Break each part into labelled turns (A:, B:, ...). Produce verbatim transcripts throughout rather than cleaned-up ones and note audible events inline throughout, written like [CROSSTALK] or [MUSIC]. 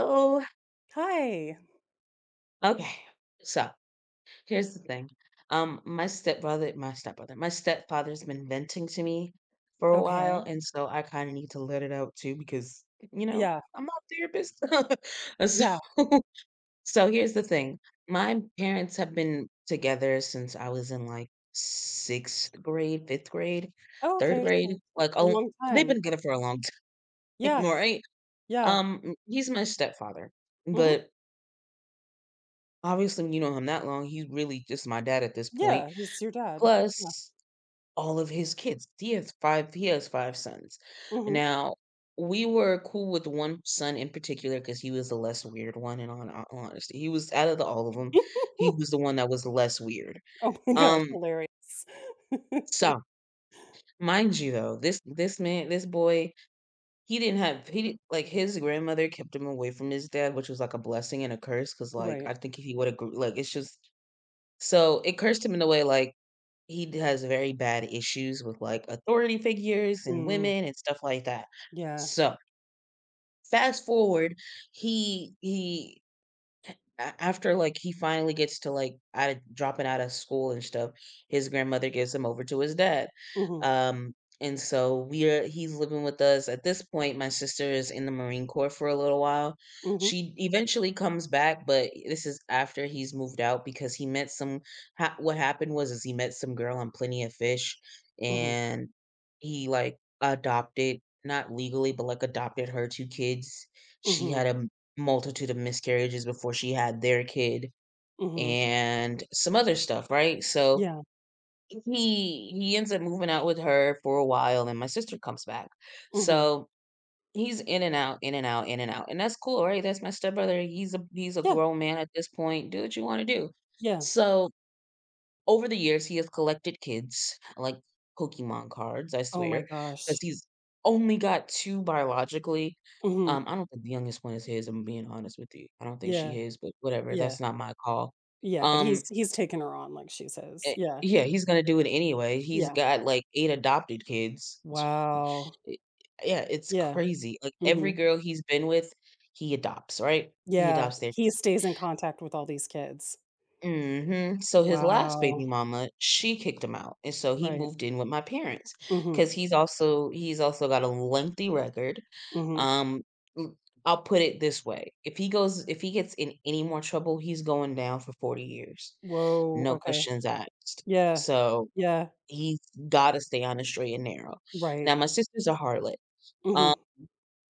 A: Oh,
B: Hi.
A: okay. So here's the thing. Um, my stepbrother, my stepbrother, my stepfather's been venting to me for a while,
B: Okay.
A: and so I kind of need to let it out too because you know
B: Yeah.
A: I'm not a therapist. [LAUGHS] Uh, so,
B: Yeah.
A: [LAUGHS] so here's the thing. My parents have been together since I was in like sixth grade, fifth grade,
B: Oh,
A: third
B: okay,
A: grade.
B: so
A: Like,
B: a
A: oh,
B: long
A: they've been
B: time.
A: together for a long [LAUGHS] time,
B: Yeah.
A: all right?
B: Yeah.
A: Um, he's my stepfather,
B: Mhm.
A: but obviously, when you know him that long, he's really just my dad at this point, point.
B: Yeah, he's your dad. Yeah.
A: Plus all of his kids. He has five he has five sons.
B: Mhm.
A: Now, we were cool with one son in particular because he was the less weird one in all ho all honesty. He was out of the all of them. He was the
B: [LAUGHS]
A: one that was the less weird.
B: Oh my gosh,
A: Um,
B: hilarious. [LAUGHS]
A: so, Mind you though, this this man this boy, he didn't have he didn't like, his grandmother kept him away from his dad, which was, like, a blessing and a curse. Cause like,
B: Right.
A: I think if he woulda grew like, it's just so it cursed him in a way, like, he d has very bad issues with, like, authority figures and
B: Mm,
A: women and stuff like that.
B: yeah.
A: So, fast forward, he he a- after like he finally gets to like out of dropping out of school and stuff, his grandmother gives him over to his dad.
B: Mhm.
A: Um, and so we are he's living with us. At this point, my sister is in the Marine Corps for a little while.
B: Mhm.
A: She eventually comes back, but this is after he's moved out because he met some ha- what happened was is he met some girl on Plenty of Fish
B: Mhm.
A: and he like adopted, not legally but like adopted her two kids. She had
B: Mhm.
A: a multitude of miscarriages before she had their kid
B: Mhm.
A: and some other stuff, right? So
B: Yeah.
A: he he ends up moving out with her for a while and my sister comes back.
B: Mhm.
A: So he's in and out, in and out, in and out. And that's cool, right? That's my stepbrother. He's a he's a
B: Yeah.
A: grown man at this point. Do what you want to do.
B: Yeah.
A: So over the years, he has collected kids, like Pokemon cards, I
B: Oh my
A: swear, because
B: gosh.
A: he's only got two biologically.
B: Mhm.
A: Um, I don't think the youngest one is his, I'm being honest with you. I don't think
B: Yeah.
A: she is, but whatever,
B: Yeah.
A: that's not my call.
B: Yeah, but he's
A: Um,
B: he's taking her on like she's his.
A: eh
B: Yeah.
A: yeah, he's gonna do it anyway. He's
B: Yeah.
A: got, like, eight adopted kids.
B: Wow.
A: Eh yeah, it's
B: Yeah.
A: crazy. Like, every
B: Mhm.
A: girl he's been with, he adopts, right? He
B: Yeah,
A: adopts their
B: he stays in contact with all these kids.
A: mhm. So his last baby
B: Wow.
A: mama, she kicked him out, and so he
B: Right.
A: moved in with my parents.
B: Mhm,
A: Cause he's also he's also got a lengthy record.
B: mhm.
A: Um, l- I'll put it this way: if he goes, if he gets in any more trouble, he's going down for forty years,
B: Whoa,
A: no
B: okay.
A: questions asked.
B: Yeah.
A: So
B: Yeah,
A: he's got to stay on the straight and narrow.
B: right.
A: Now, my sister's a harlot.
B: Mhm.
A: Um,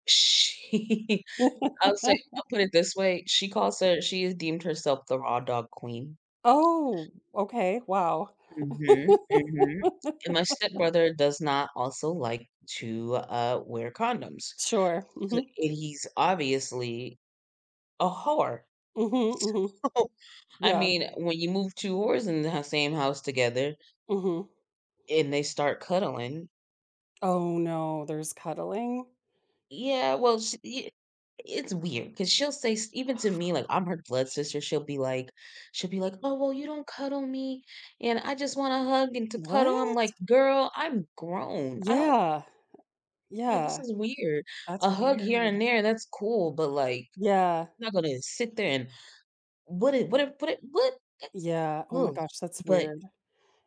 A: she, [LAUGHS] I'll say, I'll
B: [LAUGHS]
A: put it this way: she calls her, she has deemed herself the raw dog queen.
B: Oh, okay, wow.
A: Mhm, mhm, and my stepbrother does not also like to, uh, wear condoms,
B: Sure.
A: so
B: Mhm.
A: and he's obviously a whore.
B: Mhm, mhm.
A: [LAUGHS] I
B: Yeah.
A: mean, when you move two whores in the same house together
B: Mhm.
A: and they start cuddling,
B: Oh, no, there's cuddling?
A: yeah, well, sh y it's weird 'cause she'll say s even to me, like, I'm her blood
B: Sh-
A: sister, she'll be like she'll be like, "Oh, well, you don't cuddle me, and I just wanna hug and to cuddle." I'm
B: What?
A: like, "Girl, I'm grown. I don't
B: Yeah,
A: like, this
B: yeah,
A: is weird.
B: that's
A: A hug here
B: weird.
A: and there, that's cool, but, like,
B: Yeah,
A: I'm not gonna sit there and what it what it what it what?" That's
B: yeah, oh my
A: ugh.
B: gosh, that's
A: But
B: weird.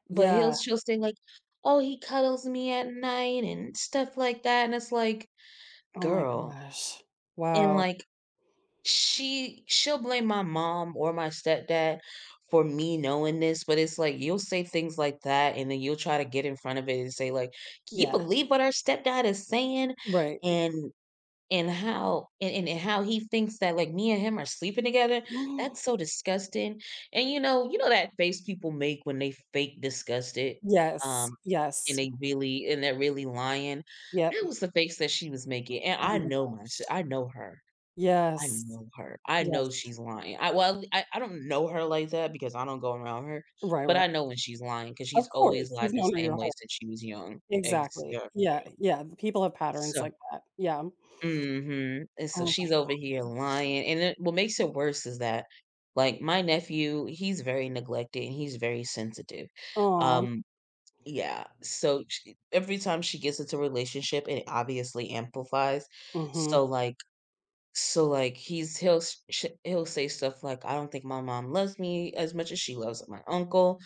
A: but he'll
B: Yeah,
A: she'll say, like, "Oh, he cuddles me at night," and stuff like that, and it's like,
B: oh my
A: "Girl."
B: gosh.
A: And,
B: Wow.
A: like, she she'll blame my mom or my stepdad for me knowing this, but it's like, you'll say things like that, and then you'll try to get in front of it and say, like, "Can you
B: Yeah,
A: believe what our stepdad is saying?"
B: right.
A: And and how and, and and how he thinks that like me and him are sleeping together,
B: [GASPS]
A: that's
B: Mm.
A: so disgusting. And you know, you know that face people make when they fake disgusted,
B: Yes,
A: um and
B: yes,
A: they really and they're really lying.
B: yep.
A: That was the face that she was making, and
B: Oh
A: i
B: my
A: know my s-
B: gosh.
A: I know her. i
B: Yes,
A: know her I
B: yes.
A: know she's lying. i well i, I don't know her like that because I don't go around her,
B: Right,
A: but
B: right.
A: I know when she's lying because
B: Of
A: she's always
B: course,
A: lied
B: you've
A: the
B: known her
A: same
B: your
A: way
B: whole.
A: since she was young. Ex-
B: Exactly.
A: yeah.
B: Yeah, yeah, people have patterns
A: So
B: like that. Yeah.
A: mhm, and so
B: Oh my
A: she's over here
B: gosh.
A: lying, and it what makes it worse is that, like, my nephew, he's very neglected and he's very sensitive.
B: Aw.
A: Um, yeah, so sh every time she gets into a relationship, it obviously amplifies.
B: Mhm.
A: So, like, so, like, he's he'll s sh he'll say stuff like, "I don't think my mom loves me as much as she loves my uncle.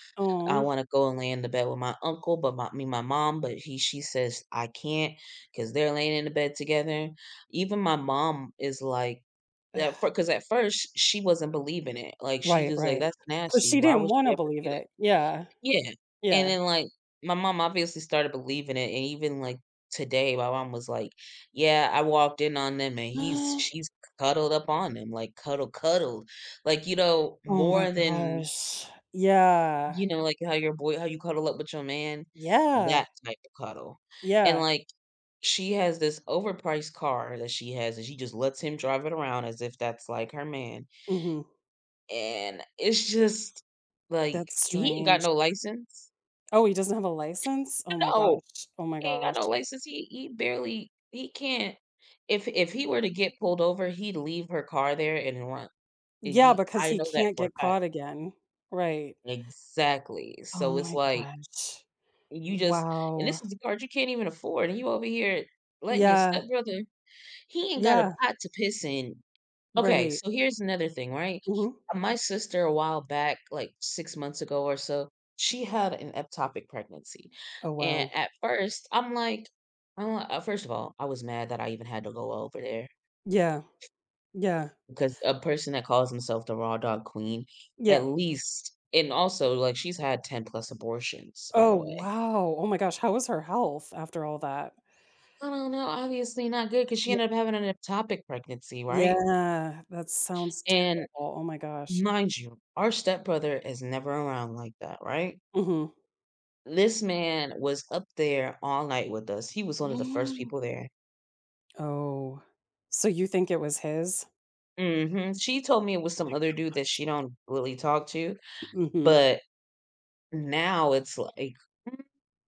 A: I
B: Aw.
A: wanna go and lay in the bed with my uncle, but my me, my mom, but he she says I can not because 'cause they're laying in the bed together." Even my mom is like that.
B: Ugh.
A: Because at first she wasn't believing it. Like, she
B: Right,
A: just like,
B: right.
A: "That's
B: Because
A: nasty.
B: she
A: Why
B: didn't
A: would she
B: wanna
A: ever
B: believe
A: do that?"
B: it. Yeah,
A: Yeah, and
B: yeah.
A: then, like, my mom obviously started believing it, and even, like, today, my mom was like, "Yeah, I walked in on them, and he's she's
B: [GASPS]
A: cuddled up on him, like, cuddle, cuddled." Like, you know,
B: Oh my
A: more than,
B: gosh. Yeah,
A: you know, like, how your boy how you cuddle up with your man,
B: yeah,
A: that type of cuddle, and,
B: yeah.
A: like, she has this overpriced car that she has, and she just lets him drive it around as if that's, like, her man,
B: Mhm.
A: and it's just, like,
B: That's
A: he ain't got
B: strange.
A: no license.
B: Oh, he doesn't have a license? Oh my
A: No.
B: gosh. Oh my
A: He ain't got
B: gosh.
A: no license. He he barely he can't if if he were to get pulled over, he'd leave her car there and run. And
B: Yeah,
A: he
B: because
A: I
B: he
A: know that
B: can't
A: for a
B: get
A: fact.
B: caught again. Right.
A: Exactly.
B: Oh
A: So it's
B: my
A: like
B: gosh.
A: you just and this
B: Wow.
A: is the card you can't even afford, and you over here letting your
B: Yeah.
A: stepbrother, he ain't got a
B: Yeah.
A: pot to piss in. Okay,
B: Right.
A: so here's another thing, right?
B: Mhm.
A: Uh, My sister, a while back, like six months ago or so, she had an ectopic pregnancy.
B: Oh,
A: And
B: wow.
A: at first, I'm like, I'm like- uh, first of all, I was mad that I even had to go over there
B: Yeah. Yeah.
A: because a person that calls himself the raw dog queen, at
B: Yeah.
A: least, and also, like, she's had ten plus abortions, by
B: Oh,
A: the way.
B: wow. Oh my gosh. How was her health after all that?
A: I don't know, obviously not good because she
B: Yeah.
A: ended up having an ectopic pregnancy, right?
B: Yeah. That sounds
A: And
B: terrible. Oh my gosh.
A: mind you, our stepbrother is never around like that, right?
B: Mhm.
A: This man was up there all night with us. He was one of the first
B: [GASPS]
A: people there.
B: Oh. So you think it was his?
A: Mhm. She told me it was some other dude that she don't really talk to,
B: Mhm.
A: but now it's like,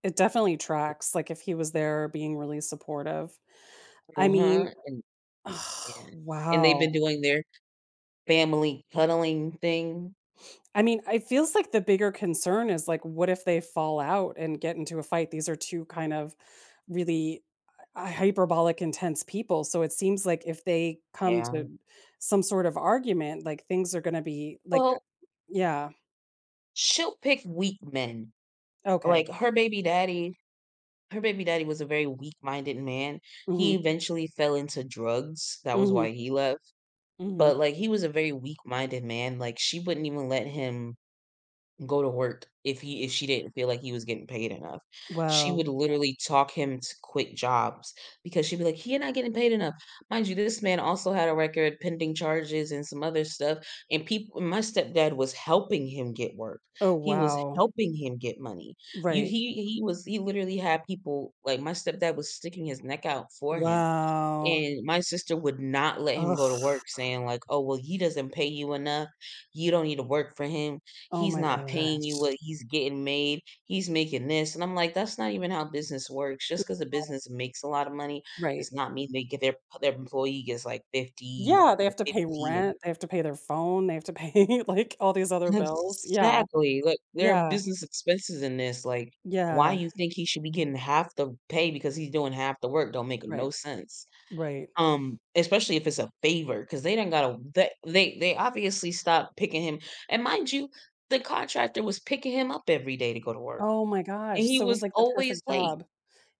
B: It definitely tracks, like, if he was there being really supportive. I
A: uh-huh,
B: mean,
A: and yeah,
B: oh,
A: and they've
B: wow.
A: been doing their family cuddling thing.
B: I mean, it feels like the bigger concern is, like, what if they fall out and get into a fight? These are two kind of really, uh, hy hyperbolic intense people, so it seems like if they come
A: Yeah.
B: to some sort of argument, like, things are gonna be like,
A: Well,
B: yeah,
A: she'll pick weak men.
B: okay.
A: Like her baby daddy Her baby daddy was a very weak-minded man. He
B: Mhm,
A: eventually fell into drugs. That was
B: mhm,
A: why he left.
B: mhm.
A: But, like, he was a very weak-minded man, like, she wouldn't even let him go to work if he if she didn't feel like he was getting paid enough. She
B: Wow.
A: would literally talk him to quit jobs because she'd be like, "He not getting paid enough." Mind you, this man also had a record, pending charges, and some other stuff, and people, my stepdad was helping him get work.
B: Oh,
A: He was
B: wow.
A: helping him get money. You
B: Right.
A: he he was he literally had people like, my stepdad was sticking his neck out for him.
B: Wow.
A: And my sister would not let him go
B: Ugh.
A: to work saying like, "Oh, well, he doesn't pay you enough. You don't need to work for him.
B: Oh
A: He's
B: my
A: not paying you
B: gosh.
A: what he's getting made. He's making this." And I'm like, "That's not even how business works. Just because a business makes a lot of money
B: Right.
A: does not mean they get their their employee gets like fifty
B: Yeah, they
A: or
B: have to pay
A: fifteen."
B: rent, they have to pay their phone, they have to pay, [LAUGHS] like, all these other bills.
A: [LAUGHS]
B: Yeah.
A: Exactly. Look, there are
B: Yeah.
A: business expenses in this. Like, why
B: Yeah.
A: you think he should be getting half the pay because he's doing half the work don't make
B: Right.
A: no sense.
B: Right.
A: Um, especially if it's a favor, because they didn't gotta they they they obviously stopped picking him, and mind you, the contractor was picking him up every day to go to work,
B: Oh my
A: and
B: gosh.
A: he
B: So it was
A: was
B: like the
A: always
B: perfect
A: late.
B: job.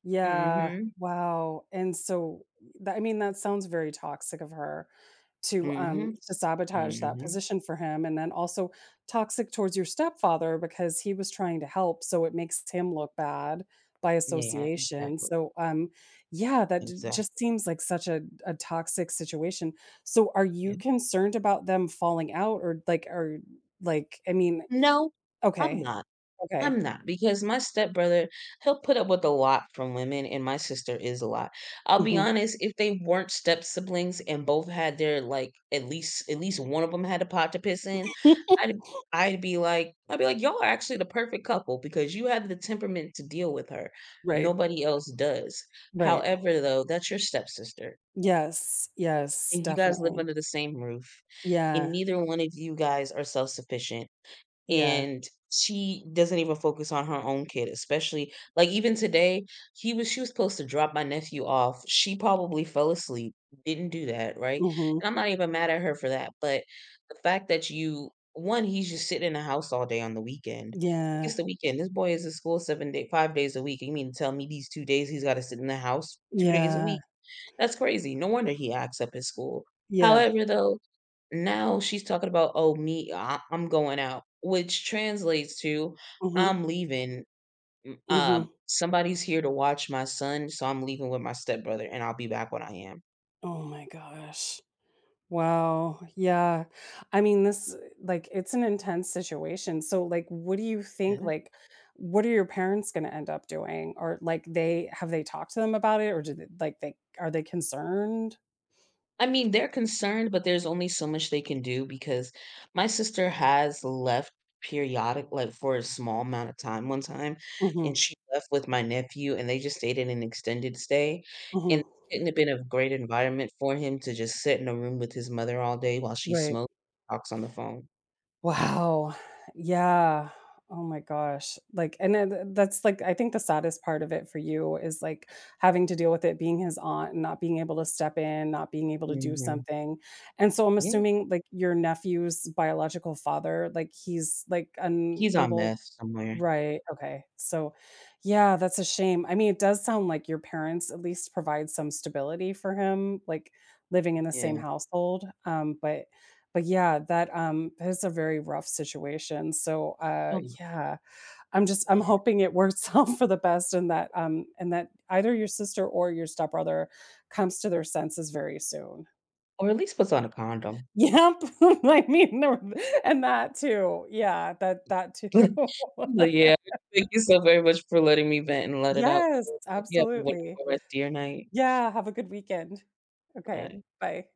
B: Yeah,
A: Mhm,
B: wow, and so that, I mean, that sounds very toxic of her to,
A: mhm,
B: um, to sabotage that
A: mhm.
B: position for him, and then also toxic towards your stepfather because he was trying to help, so it makes him look bad by
A: Yeah,
B: association,
A: exactly,
B: so, um, yeah, that j just
A: exactly.
B: seems like such a a toxic situation. So are you
A: Yeah.
B: concerned about them falling out or, like or, like, I mean,
A: No, I'm
B: okay,
A: not.
B: okay.
A: I'm not because my stepbrother, he'll put up with a lot from women, and my sister is a lot. I'll be
B: Mhm.
A: honest, if they weren't step siblings and both had their like at least at least one of them had a pot to piss in, I'd
B: [LAUGHS]
A: I'd be like I'd be like, y'all are actually the perfect couple because you have the temperament to deal with her.
B: Right,
A: Nobody else does.
B: right.
A: However, though, that's your stepsister.
B: Yes, yes,
A: And you guys live
B: definitely.
A: under the same roof. And
B: Yeah,
A: neither one of you guys are self sufficient,
B: yeah.
A: and she doesn't even focus on her own kid, especially like even today, he was she was supposed to drop my nephew off. She probably fell asleep, didn't do that, right?
B: Mhm.
A: And I'm not even mad at her for that, but the fact that you one, he's just sitting in the house all day on the weekend. Like,
B: Yeah,
A: it's the weekend. This boy is at school seven day, five days a week. You mean to tell me these two days he's got to sit in the house two days a
B: yeah,
A: week? That's crazy. No wonder he acts up at school.
B: yeah.
A: However, though, now she's talking about, "Oh, me, I I'm going out," which translates to,
B: Mhm,
A: "I'm leaving. M Um,
B: mhm.
A: somebody's here to watch my son, so I'm leaving with my stepbrother, and I'll be back when I am."
B: Oh my gosh. Wow, yeah. I mean, this, like, it's an intense situation, so, like, what do you think, like, what are your parents gonna end up doing? Or, like, they have they talked to them about it, or do they like, they are they concerned?
A: I mean, they're concerned, but there's only so much they can do because my sister has left periodic like for a small amount of time one time,
B: Mhm,
A: and she left with my nephew, and they just stayed in an extended stay, and
B: mhm.
A: it couldn't have been a great environment for him to just sit in a room with his mother all day while she
B: Right.
A: smokes, talks on the phone.
B: Wow. Yeah. Oh my gosh. Like, and then that's like, I think the saddest part of it for you is like having to deal with it being his aunt and not being able to step in, not being able to do
A: Mhm.
B: something. And so I'm
A: Yeah,
B: assuming like your nephew's biological father, like he's like
A: he's on
B: unable.
A: meth somewhere.
B: Right, okay. So, yeah, that's a shame. I mean, it does sound like your parents at least provide some stability for him, like, living in the same
A: Yeah.
B: household, um, but but, yeah, that, um, that is a very rough situation, so, uh,
A: Oh,
B: yeah, I'm just I'm
A: yeah.
B: hoping it works [LAUGHS] out for the best and that, um and that either your sister or your stepbrother comes to their senses very soon.
A: Or at least puts on a condom.
B: Yep, [LAUGHS] I mean, there and that too. Yeah, that that too.
A: [LAUGHS] But yeah,
B: [LAUGHS]
A: thank you so very much for letting me vent and let it out.
B: Yes,
A: Hope you have a
B: absolutely.
A: wonderful rest of your night.
B: Yeah, have a good weekend. Okay,
A: Bye.
B: bye.